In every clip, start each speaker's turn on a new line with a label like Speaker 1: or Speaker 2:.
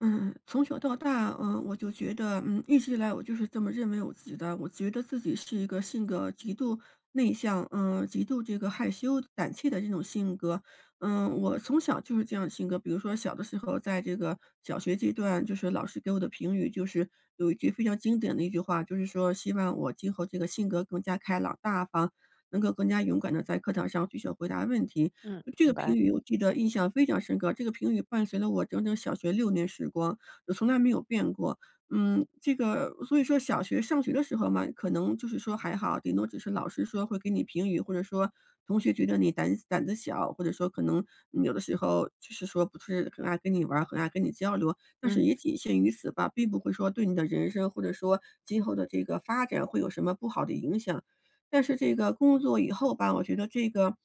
Speaker 1: 嗯，从小到大，我就觉得，一直以来我就是这么认为我自己的。我觉得自己是一个性格极度内向，极度这个害羞、胆怯的这种性格。我从小就是这样的性格。比如说小的时候，在这个小学阶段，就是老师给我的评语就是有一句非常经典的一句话，就是说希望我今后这个性格更加开朗大方，能够更加勇敢的在课堂上举手回答问题。
Speaker 2: 嗯，
Speaker 1: 这
Speaker 2: 明
Speaker 1: 个评
Speaker 2: 白，
Speaker 1: 语我记得印象非常深刻，这个评语伴随了我整整小学六年时光，就从来没有变过。这个所以说小学上学的时候嘛，可能就是说还好，顶多只是老师说会给你评语，或者说同学觉得你胆子小，或者说可能有的时候就是说不是很爱跟你玩儿，很爱跟你交流，但是
Speaker 2: 嗯，
Speaker 1: 也仅限于此吧，并不会说对你的人生或者说今后的这个发展会有什么不好的影响。但是这个工作以后吧，我觉得这个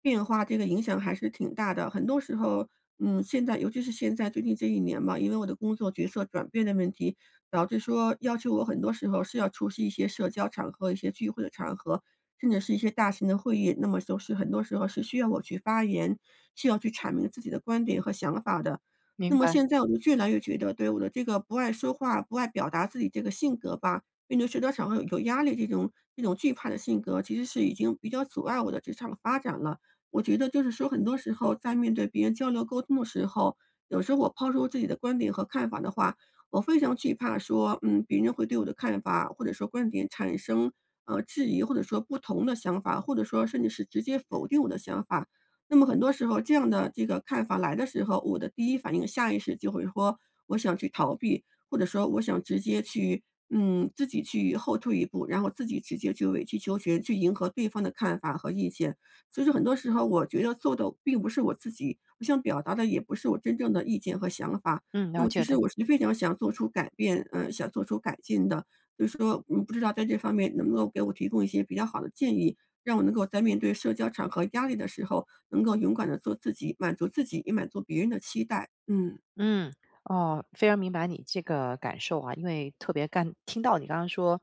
Speaker 1: 变化、这个影响还是挺大的。很多时候，现在尤其是现在最近这一年嘛，因为我的工作角色转变的问题，导致说要求我很多时候是要出席一些社交场合、一些聚会的场合，甚至是一些大型的会议。那么就是很多时候是需要我去发言，需要去阐明自己的观点和想法的。
Speaker 2: 明
Speaker 1: 那么
Speaker 2: 白，
Speaker 1: 现在我就越来越觉得，对我的这个不爱说话、不爱表达自己这个性格吧，面对社交场合有压力这种惧怕的性格，其实是已经比较阻碍我的职场发展了。我觉得就是说，很多时候在面对别人交流沟通的时候，有时候我抛出自己的观点和看法的话，我非常惧怕说，别人会对我的看法或者说观点产生质疑，或者说不同的想法，或者说甚至是直接否定我的想法。那么很多时候，这样的这个看法来的时候，我的第一反应下意识就会说，我想去逃避，或者说我想直接去自己去后退一步，然后自己直接去委曲求全，去迎合对方的看法和意见。所以说很多时候，我觉得做的并不是我自己，我想表达的也不是我真正的意见和想法。
Speaker 2: 嗯，
Speaker 1: 那
Speaker 2: 了
Speaker 1: 我其
Speaker 2: 解的，
Speaker 1: 实我是非常想做出改变，想做出改进的。所以说，不知道在这方面能不能够给我提供一些比较好的建议，让我能够在面对社交场合压力的时候，能够勇敢的做自己，满足自己，也满足别人的期待。嗯。
Speaker 2: 嗯，哦，非常明白你这个感受啊，因为特别干，听到你刚刚说，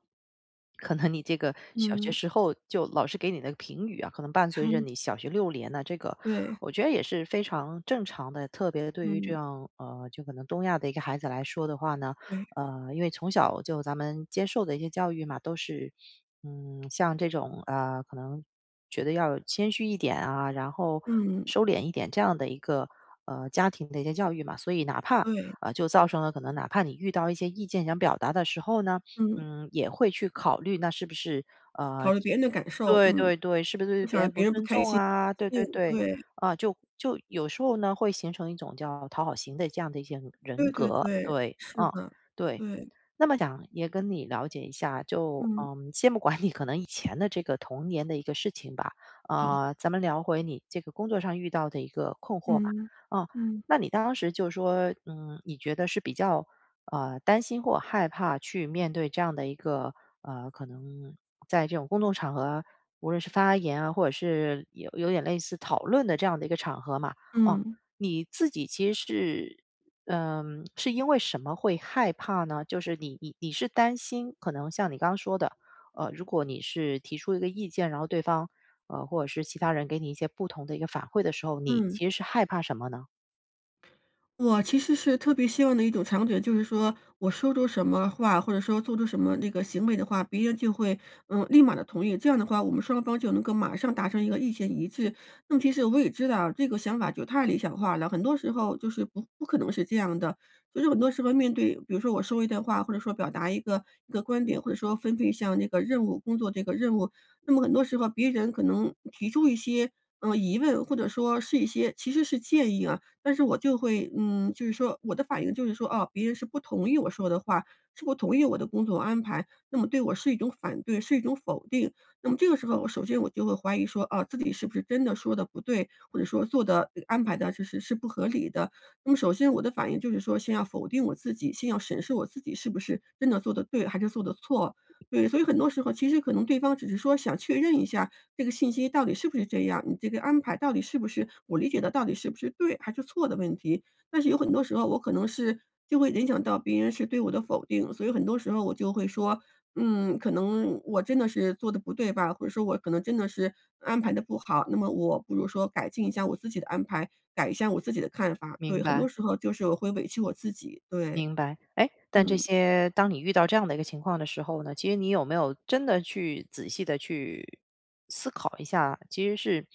Speaker 2: 可能你这个小学
Speaker 1: 嗯，
Speaker 2: 时候就老师给你的评语啊，可能伴随着你 小学6年呢，这个
Speaker 1: 对。
Speaker 2: 我觉得也是非常正常的，特别对于这
Speaker 1: 嗯。
Speaker 2: 样就可能东亚的一个孩子来说的话呢，
Speaker 1: 对。
Speaker 2: 因为从小就咱们接受的一些教育嘛，都是，像这种啊、可能觉得要谦虚一点啊，然后
Speaker 1: 嗯。
Speaker 2: 收敛一点这样的一个家庭的一些教育嘛，所以哪怕
Speaker 1: 对，
Speaker 2: 就造成了可能哪怕你遇到一些意见想表达的时候呢，
Speaker 1: 嗯，
Speaker 2: 也会去考虑那是不是呃，
Speaker 1: 考虑别人的感受。
Speaker 2: 对
Speaker 1: 嗯，
Speaker 2: 对对，是不是
Speaker 1: 不
Speaker 2: 对
Speaker 1: 想
Speaker 2: 别
Speaker 1: 让
Speaker 2: 人不
Speaker 1: 别人不
Speaker 2: 尊
Speaker 1: 开
Speaker 2: 重
Speaker 1: 心、
Speaker 2: 啊？
Speaker 1: 不
Speaker 2: 对对
Speaker 1: 高
Speaker 2: 对，
Speaker 1: 兴。
Speaker 2: 啊，就有时候呢会形成一种叫讨好型的这样的一些人
Speaker 1: 对对对
Speaker 2: 格，
Speaker 1: 对，
Speaker 2: 对，
Speaker 1: 是
Speaker 2: 嗯，
Speaker 1: 的。
Speaker 2: 对。
Speaker 1: 对。
Speaker 2: 那么想也跟你了解一下，就
Speaker 1: 嗯。
Speaker 2: 先不管你可能以前的这个童年的一个事情吧，
Speaker 1: 好。
Speaker 2: 啊、咱们聊回你这个工作上遇到的一个困惑吧。
Speaker 1: 嗯。
Speaker 2: 啊、
Speaker 1: 嗯。
Speaker 2: 那你当时就说，你觉得是比较担心或害怕去面对这样的一个可能在这种公众场合，无论是发言啊，或者是有点类似讨论的这样的一个场合嘛，哦、
Speaker 1: 嗯。
Speaker 2: 你自己其实是。是因为什么会害怕呢？就是你是担心，可能像你刚刚说的，如果你是提出一个意见，然后对方，或者是其他人给你一些不同的一个反馈的时候，你
Speaker 1: 嗯。
Speaker 2: 其实是害怕什么呢？
Speaker 1: 我其实是特别希望的一种场景，就是说我说出什么话，或者说做出什么那个行为的话，别人就会立马的同意。这样的话，我们双方就能够马上达成一个意见一致。那么其实我也知道这个想法就太理想化了，很多时候就是不可能是这样的。就是很多时候面对，比如说我说一段话，或者说表达一个观点，或者说分配一像那个任务工作这个任务，那么很多时候别人可能提出一些疑问，或者说是一些其实是建议啊。但是我就会就是说我的反应就是说，哦，别人是不同意我说的话，是不同意我的工作安排，那么对我是一种反对，是一种否定。那么这个时候，我首先就会怀疑说，啊，自己是不是真的说的不对，或者说做的安排的就是是不合理的。那么首先我的反应就是说，先要否定我自己，先要审视我自己是不是真的做的对，还是做的错。对，所以很多时候其实可能对方只是说想确认一下，这个信息到底是不是这样，你这个安排到底是不是我理解的到底是不是对还是错的问题。但是有很多时候我可能是就会联想到别人是对我的否定，所以很多时候我就会说，可能我真的是做的不对吧，或者说我可能真的是安排的不好，那么我不如说改进一下我自己的安排，改一下我自己的看法。
Speaker 2: 明
Speaker 1: 对，很
Speaker 2: 白。
Speaker 1: 多时候就是我会委屈我自己。对。
Speaker 2: 明白，哎，但这
Speaker 1: 嗯。
Speaker 2: 些当你遇到这样的一个情况的时候呢，其实你有没有真的去仔细的去思考一下，其实是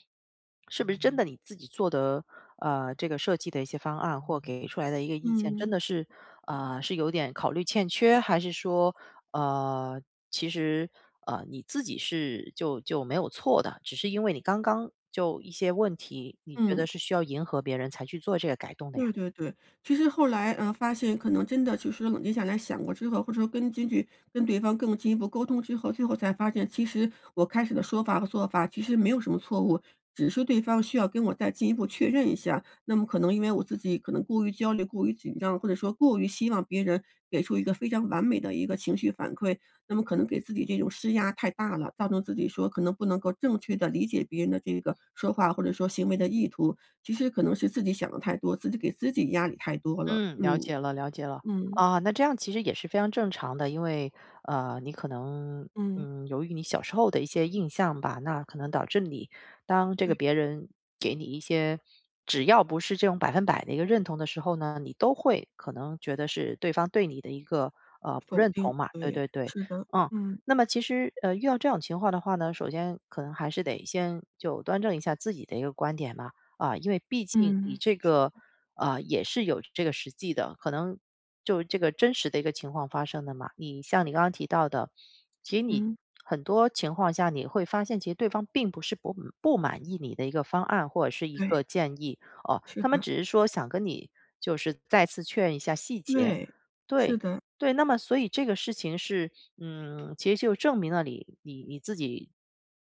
Speaker 2: 是不是真的你自己做的，这个设计的一些方案或给出来的一个
Speaker 1: 嗯。
Speaker 2: 意见，真
Speaker 1: 嗯。
Speaker 2: 的是，是有点考虑欠缺，还是说，呃，其实，你自己是就没有错的，只是因为你刚刚就一些问题，你觉得
Speaker 1: 嗯。
Speaker 2: 是需要迎合别人才去做这个改动的呀？
Speaker 1: 对对对，其实后来，发现可能真的就是冷静下来想过之后，或者说根据跟对方更进一步沟通之后，最后才发现，其实我开始的说法和做法其实没有什么错误，只是对方需要跟我再进一步确认一下。那么可能因为我自己可能过于焦虑、过于紧张，或者说过于希望别人给出一个非常完美的一个情绪反馈，那么可能给自己这种施压太大了，造成自己说可能不能够正确的理解别人的这个说话或者说行为的意图。其实可能是自己想的太多，自己给自己压力太多了。
Speaker 2: 嗯，了
Speaker 1: 嗯。
Speaker 2: 解了，了解了。
Speaker 1: 嗯。
Speaker 2: 啊，那这样其实也是非常正常的，因为你可能
Speaker 1: 嗯。
Speaker 2: 由于你小时候的一些印象吧，那可能导致你当这个
Speaker 1: 对。
Speaker 2: 别人给你一些只要不是这种百分百的一个认同的时候呢，你都会可能觉得是对方对你的一个不
Speaker 1: 否
Speaker 2: 认同
Speaker 1: 定，
Speaker 2: 嘛。对
Speaker 1: 对，
Speaker 2: 对对，
Speaker 1: 是的。
Speaker 2: 嗯。
Speaker 1: 嗯。
Speaker 2: 那么其实遇到这种情况的话呢，首先可能还是得先就端正一下自己的一个观点嘛。啊，因为毕竟你这
Speaker 1: 嗯。
Speaker 2: 个
Speaker 1: 是。
Speaker 2: 啊，也是有这个实际的，可能就是这个真实的一个情况发生的嘛。你像你刚刚提到的，其实你
Speaker 1: 嗯。
Speaker 2: 很多情况下你会发现，其实对方并不是不满意你的一个方案或者是一
Speaker 1: 对。
Speaker 2: 个建议哦，
Speaker 1: 是
Speaker 2: 他们
Speaker 1: 的。
Speaker 2: 只是说想跟你就是再次确认一下细节。
Speaker 1: 对，是
Speaker 2: 对，
Speaker 1: 的。
Speaker 2: 对，那么所以这个事情是，其实就证明了你自己，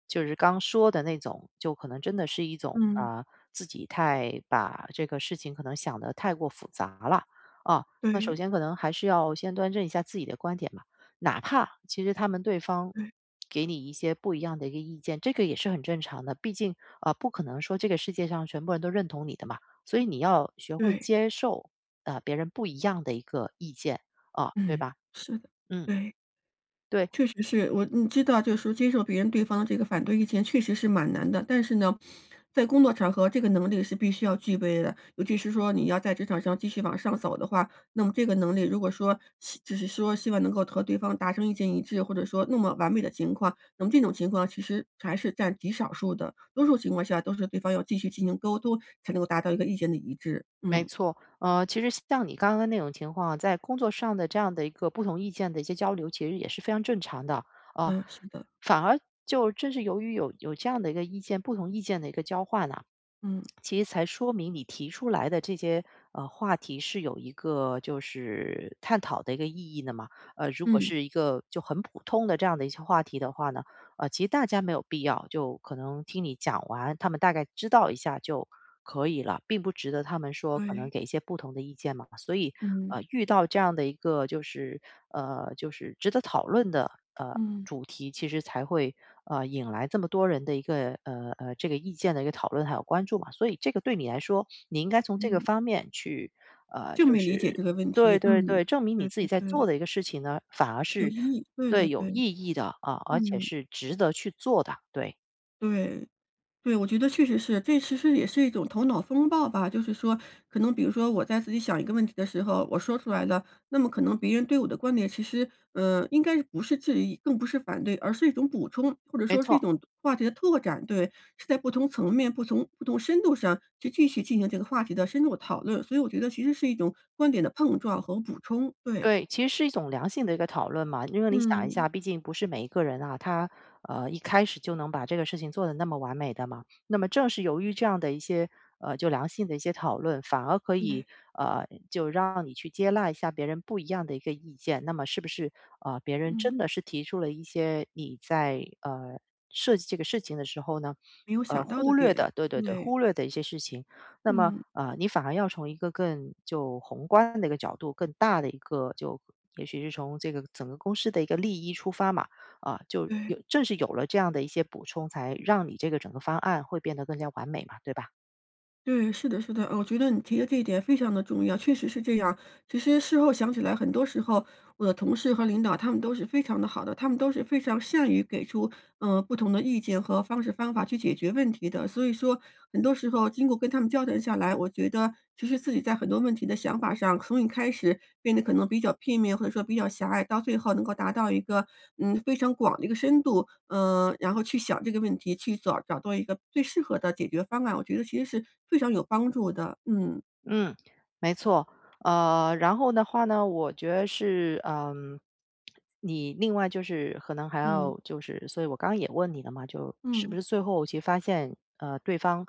Speaker 2: 就是刚说的那种，就可能真的是一种
Speaker 1: 嗯。
Speaker 2: 啊、自己太把这个事情可能想得太过复杂了啊。那首
Speaker 1: 对。
Speaker 2: 先可能还是要先端正一下自己的观点嘛，哪怕其实他们对方
Speaker 1: 对。
Speaker 2: 给你一些不一样的一个意见，这个也是很正常的，毕竟啊、不可能说这个世界上全部人都认同你的嘛，所以你要学会
Speaker 1: 对。
Speaker 2: 接受啊、别人不一样的一个意见。啊，对
Speaker 1: 嗯。
Speaker 2: 吧？
Speaker 1: 是的。
Speaker 2: 嗯，
Speaker 1: 对。
Speaker 2: 对，
Speaker 1: 是，我你知道，就是说接受别人对方的这个反对意见确实是蛮难的，但是呢，在工作场合这个能力是必须要具备的，尤其是说你要在职场上继续往上走的话，那么这个能力如果说希只是说希望能够和对方达成意见一致，或者说那么完美的情况，那么这种情况其实还是占极少数的，多数情况下都是对方要继续进行沟通才能够达到一个意见的一致。
Speaker 2: 没
Speaker 1: 嗯。
Speaker 2: 错。其实像你刚刚那种情况啊，在工作上的这样的一个不同意见的一些交流，其实也是非常正常的啊、
Speaker 1: 啊，是的。
Speaker 2: 反而就正是由于有这样的一个意见，不同意见的一个交换呢，
Speaker 1: 嗯。
Speaker 2: 其实才说明你提出来的这些话题是有一个就是探讨的一个意义的嘛。如果
Speaker 1: 嗯。
Speaker 2: 是一个就很普通的这样的一些话题的话呢。其实大家没有必要，就可能听你讲完，他们大概知道一下就可以了，并不值得他们说可能
Speaker 1: 对。
Speaker 2: 给一些不同的意见嘛。所以，
Speaker 1: 嗯。
Speaker 2: 遇到这样的一个就是就是值得讨论的
Speaker 1: 嗯。
Speaker 2: 主题，其实才会引来这么多人的一个这个意见的一个讨论还有关注嘛。所以，这个对你来说，你应该从这个
Speaker 1: 嗯。
Speaker 2: 方面去
Speaker 1: 就
Speaker 2: 就
Speaker 1: 没理解
Speaker 2: 是
Speaker 1: 这个问
Speaker 2: 对
Speaker 1: 题。
Speaker 2: 对
Speaker 1: 嗯。
Speaker 2: 对，证明你
Speaker 1: 对
Speaker 2: 自己
Speaker 1: 对
Speaker 2: 在做
Speaker 1: 对，
Speaker 2: 的一个事情呢，反而
Speaker 1: 是有
Speaker 2: 是
Speaker 1: 意义。对
Speaker 2: 对，
Speaker 1: 对
Speaker 2: 有
Speaker 1: 对。
Speaker 2: 意义的，啊，而且
Speaker 1: 嗯。
Speaker 2: 是值得去做的，对，
Speaker 1: 对。对，我觉得确实是，这其实也是一种头脑风暴吧。就是说，可能比如说我在自己想一个问题的时候，我说出来了，那么可能别人对我的观点其实，应该是不是质疑，更不是反对，而是一种补充，或者
Speaker 2: 没
Speaker 1: 说是一
Speaker 2: 错。
Speaker 1: 种话题的拓展。对，是在不同层面、不同深度上去继续进行这个话题的深入讨论。所以我觉得其实是一种观点的碰撞和补充。对。
Speaker 2: 对，其实是一种良性的一个讨论嘛，因为你想一
Speaker 1: 嗯。
Speaker 2: 下，毕竟不是每一个人啊，他，一开始就能把这个事情做得那么完美的嘛。那么正是由于这样的一些，就良性的一些讨论，反而可以，
Speaker 1: 对。
Speaker 2: 就让你去接纳一下别人不一样的一个意见。那么是不是，别人
Speaker 1: 嗯，
Speaker 2: 真的是提出了一些你在，设计这个事情的时候呢，
Speaker 1: 没有想到
Speaker 2: 忽
Speaker 1: 的
Speaker 2: 略
Speaker 1: 点。
Speaker 2: 的对对对，
Speaker 1: 对。
Speaker 2: 忽略的一些事情。那么，
Speaker 1: 嗯。
Speaker 2: 你反而要从一个更就宏观的一个角度，更大的一个就也许是从这个整个公司的一个利益出发嘛，啊，
Speaker 1: 对。
Speaker 2: 正是有了这样的一些补充，才让你这个整个方案会变得更加完美嘛，对吧？
Speaker 1: 对。是的。是的。我觉得你提的这一点非常的重要，确实是这样。其实事后想起来，很多时候我的同事和领导他们都是非常的好的，他们都是非常善于给出不同的意见和方式方法去解决问题的。所以说，很多时候经过跟他们交谈下来，哎我觉得其实自己在很多问题的想法上，从一开始变得可能比较片面，或者说比较狭隘，到最后能够达到一个非常广的一个深度，然后去想这个问题，去找到一个最适合的解决方案，我觉得其实是非常有帮助的。嗯。
Speaker 2: 嗯，没错。然后的话呢，我觉得是，你另外就是可能还
Speaker 1: 嗯。
Speaker 2: 要就是，所以我刚刚也问你了嘛，就是不
Speaker 1: 嗯。
Speaker 2: 是最后其实发现，对方，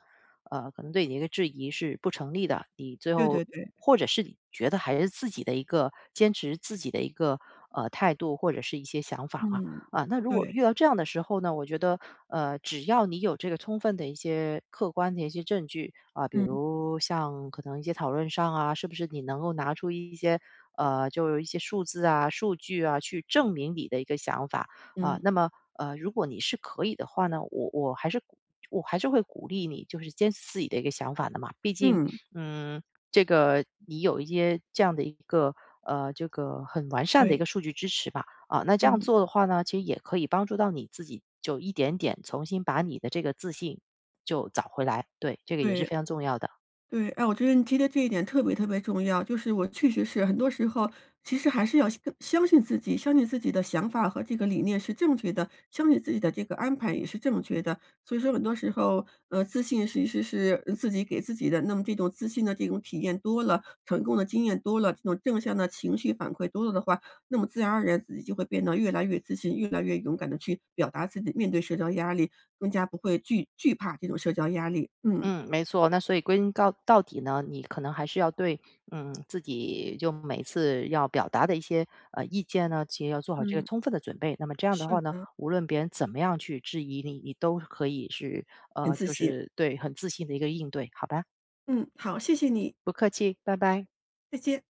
Speaker 2: 可能对你的一个质疑是不成立的，你最
Speaker 1: 对
Speaker 2: 后
Speaker 1: 对对。
Speaker 2: 或者是你觉得还是自己的一个坚持自己的一个态度或者是一些想法嘛。
Speaker 1: 嗯。
Speaker 2: 啊，那如果遇
Speaker 1: 对。
Speaker 2: 到这样的时候呢，我觉得，只要你有这个充分的一些客观的一些证据啊，比
Speaker 1: 嗯。
Speaker 2: 如像可能一些讨论上啊，是不是你能够拿出一些就有一些数字啊、数据啊，去证明你的一个想法啊。
Speaker 1: 嗯。
Speaker 2: 那么，如果你是可以的话呢，我还是会鼓励你，就是坚持自己的一个想法的嘛。毕竟，
Speaker 1: 嗯。
Speaker 2: 嗯，这个你有一些这样的一个这个很完善的一
Speaker 1: 对。
Speaker 2: 个数据支持吧。啊，那这样
Speaker 1: 嗯。
Speaker 2: 做的话呢，其实也可以帮助到你自己，就一点点重新把你的这个自信就找回来。对，这个也是
Speaker 1: 对。
Speaker 2: 非常重要的。
Speaker 1: 对，哎，我觉得你提的这一点特别特别重要，就是我确实是很多时候，其实还是要相信自己，相信自己的想法和这个理念是正确的，相信自己的这个安排也是正确的。所以说很多时候，自信其实是自己给自己的，那么这种自信的这种体验多了，成功的经验多了，这种正向的情绪反馈多了的话，那么自然而然自己就会变得越来越自信，越来越勇敢的去表达自己，面对社交压力，更加不会惧怕这种社交压力。嗯。
Speaker 2: 嗯，没错。那所以归根到底呢，你可能还是要对，自己就每次要表达的一些意见呢，其实要做好这个
Speaker 1: 嗯，
Speaker 2: 充分的准备。那么这样的
Speaker 1: 是
Speaker 2: 话呢，
Speaker 1: 的。
Speaker 2: 无论别人怎么样去质疑你，你都可以是
Speaker 1: 很自
Speaker 2: 就
Speaker 1: 信。
Speaker 2: 是对很自信的一个应对，好吧？
Speaker 1: 嗯，好，谢谢你，
Speaker 2: 不客气，拜拜。
Speaker 1: 再见。